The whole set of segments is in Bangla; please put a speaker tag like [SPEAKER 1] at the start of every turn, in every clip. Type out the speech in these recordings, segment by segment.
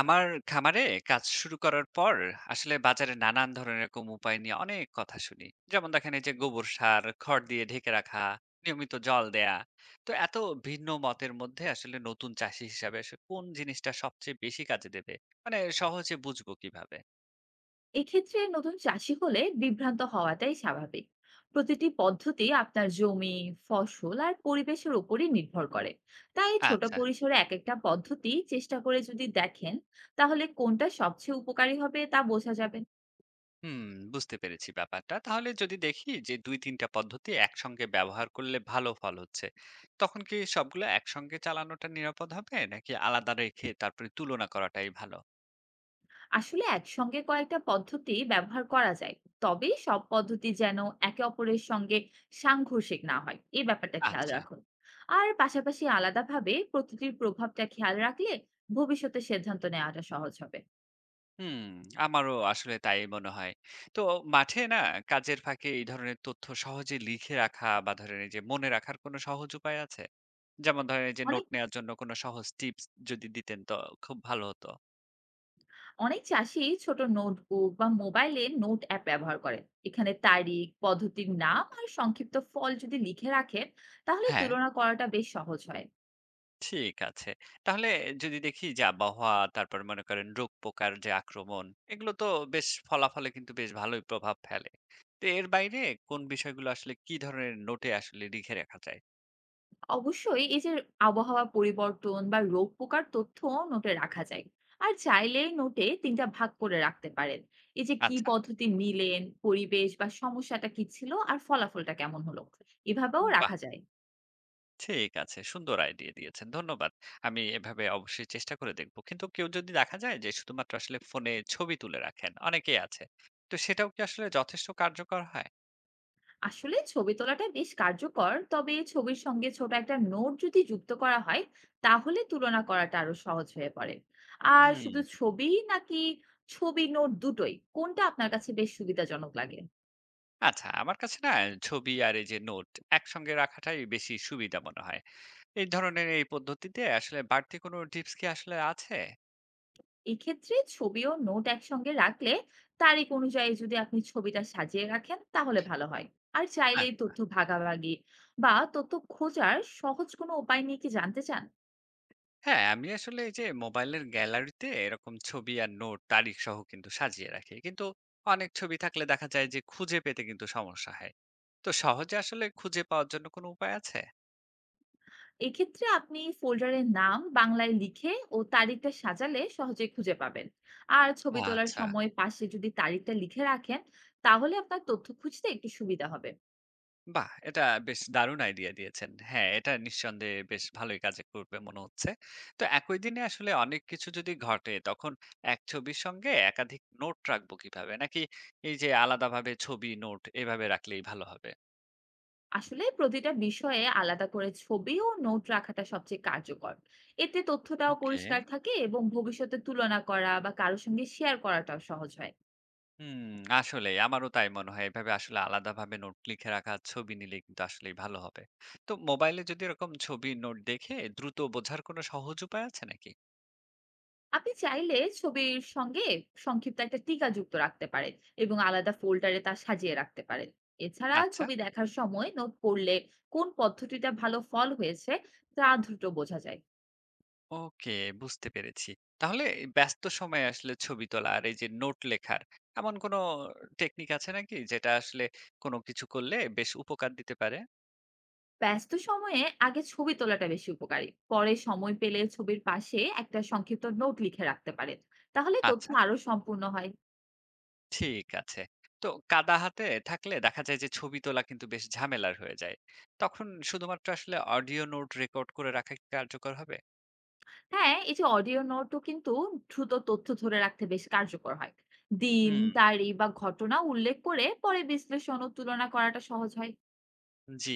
[SPEAKER 1] আমার খামারে কাজ শুরু করার পর আসলে বাজারে নানান ধরনের এরকম উপায় নিয়ে অনেক কথা শুনি। যেমন দেখেন, এই যে গোবর সার খড় দিয়ে ঢেকে রাখা, নিয়মিত জল দেয়া। তো এত ভিন্ন মতের মধ্যে আসলে নতুন চাষি হিসাবে আসলে কোন জিনিসটা সবচেয়ে বেশি কাজে দেবে, মানে সহজে বুঝবো কিভাবে?
[SPEAKER 2] এক্ষেত্রে নতুন চাষি হলে বিভ্রান্ত হওয়াটাই স্বাভাবিক। প্রতিটি পদ্ধতি আপনার জমি, ফসল আর পরিবেশের উপরই নির্ভর করে। তাই ছোট
[SPEAKER 1] আচ্ছা।
[SPEAKER 2] পরিসরে এক একটা পদ্ধতি চেষ্টা করে যদি দেখেন, তাহলে কোনটা সবচেয়ে উপকারী হবে তা বোঝা যাবে।
[SPEAKER 1] হুম, বুঝতে পেরেছি ব্যাপারটা। তাহলে যদি দেখি যে দুই তিনটা পদ্ধতি একসঙ্গে ব্যবহার করলে ভালো ফল হচ্ছে, তখন কি সবগুলো একসঙ্গে চালানোটা নিরাপদ হবে, নাকি আলাদা রেখে তারপরে তুলনা করাটাই ভালো?
[SPEAKER 2] আসলে একসঙ্গে কয়েকটা পদ্ধতি ব্যবহার করা যায়, তবে সব পদ্ধতি যেন একে অপরের সঙ্গে সাংঘর্ষিক না হয় এই ব্যাপারটা খেয়াল
[SPEAKER 1] আচ্ছা।
[SPEAKER 2] রাখুন। আর পাশাপাশি আলাদাভাবে প্রতিটির প্রভাবটা খেয়াল রাখলে ভবিষ্যতে সিদ্ধান্ত নেওয়াটা সহজ হবে।
[SPEAKER 1] হুম, আমারও আসলে তাই মনে হয়। তো মাঠে না কাজের ফাঁকে এই ধরনের তথ্য সহজে লিখে রাখা বা ধরেন এই যে মনে রাখার কোনো সহজ উপায় আছে? যেমন ধরেন এই যে নোট
[SPEAKER 2] অনেক,
[SPEAKER 1] নেয়ার জন্য কোনো সহজ টিপস যদি দিতেন তো খুব ভালো হতো।
[SPEAKER 2] অনেক চাষী ছোট নোটবুক বা মোবাইলে নোট অ্যাপ ব্যবহার করেন। এখানে তারিখ, পদ্ধতির নাম আর সংক্ষিপ্ত ফল যদি লিখে রাখেন, তাহলে
[SPEAKER 1] হ্যাঁ,
[SPEAKER 2] তুলনা করাটা বেশ সহজ হয়।
[SPEAKER 1] ঠিক আছে। তাহলে যদি দেখি যে আবহাওয়া, তারপর মনে করেন রোগ পোকার যে আক্রমণ, এগুলো তো বেশ ফলাফলে কিন্তু বেশ ভালোই প্রভাব ফেলে। তো এর বাইরে কোন বিষয়গুলো আসলে কি ধরনের নোটে আসলে লিখে রাখা যায়?
[SPEAKER 2] অবশ্যই এই যে আবহাওয়া পরিবর্তন বা রোগ পোকার তথ্য নোটে রাখা যায়। আর চাইলে নোটে ৩ টা ভাগ করে রাখতে পারেন। এই যে কি
[SPEAKER 1] আচ্ছা,
[SPEAKER 2] পদ্ধতি নিলেন, পরিবেশ বা সমস্যাটা কি ছিল আর ফলাফলটা কেমন হলো? এভাবেও
[SPEAKER 1] বাহ!
[SPEAKER 2] রাখা যায়।
[SPEAKER 1] ঠিক আছে। সুন্দর আইডিয়া দিয়েছেন। ধন্যবাদ। আমি এভাবে অবশ্যই চেষ্টা করে দেখব। কিন্তু কেউ যদি দেখা যায় যে শুধুমাত্র আসলে ফোনে ছবি তুলে রাখেন, অনেকেই আছে। তো সেটাও কি আসলে যথেষ্ট কার্যকর হয়?
[SPEAKER 2] আসলে ছবি তোলাটা বেশ কার্যকর, তবে ছবির সঙ্গে ছোট একটা নোট যদি যুক্ত করা হয় তাহলে তুলনা করাটা আরো সহজ হয়ে পড়ে। আর শুধু
[SPEAKER 1] হুম।
[SPEAKER 2] ছবি নাকি ছবি নোট দুটোই কোনটা আপনার কাছে বেশ সুবিধাজনক লাগে?
[SPEAKER 1] আচ্ছা, আমার কাছে না ছবি আর এই যে নোট একসঙ্গে রাখাটাই বেশি সুবিধা মনে হয়। এই ধরনের এই পদ্ধতিতে আসলে বাড়তি কোনো টিপস কি আসলে আছে?
[SPEAKER 2] এক্ষেত্রে ছবি ও নোট একসঙ্গে রাখলে তারিখ অনুযায়ী যদি আপনি ছবিটা সাজিয়ে রাখেন তাহলে ভালো হয়। আর চাইলে তথ্য ভাগাভাগি বা তথ্য খোঁজার সহজ কোনো উপায় নিয়ে কি জানতে চান?
[SPEAKER 1] হ্যাঁ, আমি আসলে এই যে মোবাইলের গ্যালারিতে এরকম ছবি আর নোট তারিখ সহ কিন্তু সাজিয়ে রাখি। কিন্তু অনেক ছবি থাকলে দেখা যায় যে খুঁজে পেতে কিন্তু সমস্যা হয়। তো সহজে আসলে খুঁজে পাওয়ার জন্য কোনো উপায় আছে?
[SPEAKER 2] এক্ষেত্রে আপনি ফোল্ডারের নাম বাংলায় লিখে ও তারিখটা সাজালে সহজে খুঁজে পাবেন। আর ছবি তোলার
[SPEAKER 1] আচ্ছা,
[SPEAKER 2] সময় পাশে যদি তারিখটা লিখে রাখেন তাহলে আপনার তথ্য খুঁজতে একটু সুবিধা হবে।
[SPEAKER 1] বাহ! এটা বেশ দারুণ আইডিয়া দিয়েছেন। হ্যাঁ, এটা নিঃসন্দেহে বেশ ভালোই কাজে করবে মনে হচ্ছে। তো একই দিনে আসলে অনেক কিছু যদি ঘটে, তখন এক ছবির সঙ্গে একাধিক নোট রাখবো কিভাবে? নাকি এই যে আলাদাভাবে ছবি নোট এভাবে রাখলেই ভালো হবে?
[SPEAKER 2] আসলে প্রতিটা বিষয়ে আলাদা করে ছবি ও নোট রাখাটা সবচেয়ে কার্যকর। এতে তথ্যটাও
[SPEAKER 1] ওকে।
[SPEAKER 2] পরিষ্কার থাকে এবং ভবিষ্যতে তুলনা করা বা কারোর সঙ্গে শেয়ার করাটাও সহজ হয়।
[SPEAKER 1] হুম, আসলেই আমারও তাই মনে হয়। এভাবে আসলে আলাদাভাবে নোট লিখে রাখা ছবি নিলে কিন্তু আসলেই ভালো হবে। তো মোবাইলে যদি এরকম ছবির নোট দেখে দ্রুত বোঝার কোনো সহজ উপায় আছে নাকি?
[SPEAKER 2] আপনি চাইলে ছবির সঙ্গে সংক্ষিপ্ত একটা টিকা যুক্ত রাখতে পারেন এবং আলাদা ফোল্ডারে তা সাজিয়ে রাখতে পারেন। এছাড়া
[SPEAKER 1] আচ্ছা,
[SPEAKER 2] ছবি দেখার সময় নোট করলে কোন পদ্ধতিটা ভালো ফল হয়েছে তা দ্রুত বোঝা যায়।
[SPEAKER 1] ওকে, বুঝতে পেরেছি। তাহলে এই ব্যস্ত সময়ে আসলে ছবি তোলা আর এই যে নোট লেখার এমন কোনো টেকনিক আছে নাকি, যেটা আসলে কোনো কিছু করলে বেশ উপকার দিতে পারে?
[SPEAKER 2] ব্যস্ত সময়ে আগে ছবি তোলাটা বেশি উপকারী, পরে সময় পেলে ছবির পাশে একটা সংক্ষিপ্ত নোট লিখে রাখতে পারেন, তাহলে তথ্য
[SPEAKER 1] আচ্ছা।
[SPEAKER 2] আরো সম্পূর্ণ হয়।
[SPEAKER 1] ঠিক আছে। তো কাদা হাতে থাকলে দেখা যায় যে ছবি তোলা কিন্তু বেশ ঝামেলার হয়ে যায়। তখন শুধুমাত্র আসলে অডিও নোট রেকর্ড করে রাখা কি কার্যকর হবে?
[SPEAKER 2] হ্যাঁ, এই যে অডিও নোটও কিন্তু দ্রুত তথ্য ধরে রাখতে বেশ কার্যকর হয়। দিন,
[SPEAKER 1] হুম,
[SPEAKER 2] তারিখ বা ঘটনা উল্লেখ করে পরে বিশ্লেষণ ও তুলনা করাটা সহজ হয়।
[SPEAKER 1] জি।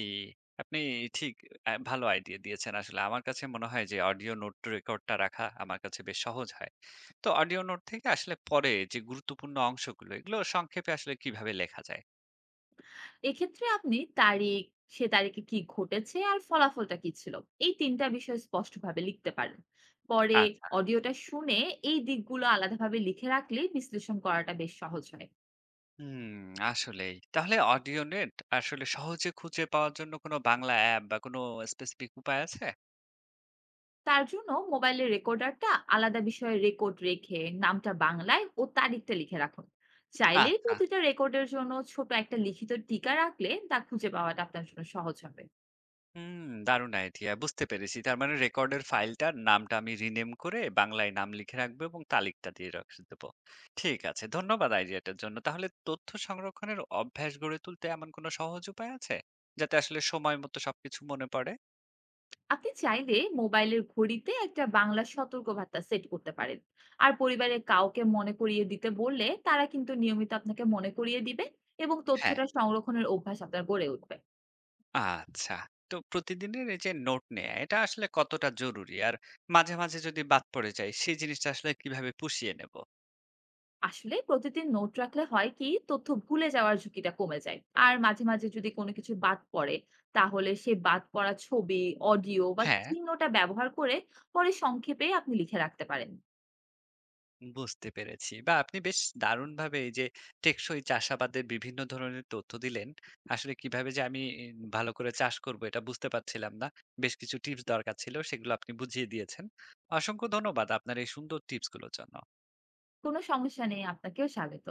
[SPEAKER 1] আপনি ঠিক ভালো আইডিয়া দিয়েছেন আসলে। আমার কাছে মনে হয় যে অডিও নোট রেকর্ডটা রাখা আমার কাছে বেশ সহজ হয়। তো অডিও নোট থেকে আসলে পরে যে গুরুত্বপূর্ণ অংশগুলো, এগুলো সংক্ষেপে আসলে কিভাবে লেখা যায়?
[SPEAKER 2] এক্ষেত্রে আপনি তারিখ, সে তারিখে কি ঘটেছে আর ফলাফলটা কি ছিল, এই ৩ টা বিষয় স্পষ্টভাবে লিখতে পারেন। পরে
[SPEAKER 1] আচ্ছা।
[SPEAKER 2] অডিওটা শুনে এই দিকগুলো আলাদাভাবে লিখে রাখলে বিশ্লেষণ করাটা বেশ সহজ হয়।
[SPEAKER 1] হুম, আসলেই। তাহলে অডিও নেট আসলে সহজে খুঁজে পাওয়ার জন্য কোনো বাংলা অ্যাপ বা কোনো স্পেসিফিক উপায় আছে?
[SPEAKER 2] তার জন্য মোবাইলের রেকর্ডারটা আলাদা বিষয়ে রেকর্ড রেখে নামটা বাংলায় ও তারিখটা লিখে রাখুন। চাইলে
[SPEAKER 1] আচ্ছা।
[SPEAKER 2] প্রতিটা রেকর্ডের জন্য ছোট একটা লিখিত টিকা রাখলে তা খুঁজে পাওয়াটা আপনার জন্য সহজ হবে।
[SPEAKER 1] হুম, দারুণ আইডিয়া। বুঝতে পেরেছি। তার মানে রেকর্ডের ফাইলটার নামটা আমি রিনেম করে বাংলায় নাম লিখে রাখবো, এবং তালিকটা দিয়ে রেখে দেবো। ঠিক আছে। ধন্যবাদ আইডিয়াটার জন্য। তাহলে তথ্য সংরক্ষণের অভ্যাস গড়ে তুলতে এমন কোনো সহজ উপায় আছে, যাতে আসলে সময় মতো সবকিছু মনে পড়ে?
[SPEAKER 2] আপনি চাইলে মোবাইলের ঘড়িতে একটা বাংলা সতর্কবার্তা সেট করতে পারেন। আর পরিবারের কাউকে মনে করিয়ে দিতে বললে তারা কিন্তু নিয়মিত আপনাকে মনে করিয়ে দিবে এবং
[SPEAKER 1] হ্যাঁ,
[SPEAKER 2] তথ্যটা সংরক্ষণের অভ্যাস আপনার গড়ে উঠবে।
[SPEAKER 1] আচ্ছা। তো প্রতিদিনের এই যে নোট নেয়া, এটা আসলে কতটা জরুরি? আর মাঝে, মাঝে যদি বাদ পড়ে যায়, সেই জিনিসটা আসলে কিভাবে পুষিয়ে নেব?
[SPEAKER 2] আসলে প্রতিদিন নোট রাখলে হয় কি তথ্য ভুলে যাওয়ার ঝুঁকিটা কমে যায়। আর মাঝে মাঝে যদি কোনো কিছু বাদ পড়ে তাহলে সে বাদ পড়া ছবি, অডিও বা
[SPEAKER 1] হ্যাঁ।
[SPEAKER 2] চিহ্নটা ব্যবহার করে পরে সংক্ষেপে আপনি লিখে রাখতে পারেন।
[SPEAKER 1] বুঝতে পেরেছি। বা আপনি বেশ দারুণভাবে এই যে টেকসই চাষাবাদের বিভিন্ন ধরনের তথ্য দিলেন। আসলে কিভাবে যে আমি ভালো করে চাষ করব এটা বুঝতে পারছিলাম না। বেশ কিছু টিপস দরকার ছিল, সেগুলো আপনি বুঝিয়ে দিয়েছেন। অসংখ্য ধন্যবাদ আপনার এই সুন্দর টিপসগুলোর জন্য।
[SPEAKER 2] কোনো সমস্যা নেই, আপনাকেও স্বাগত।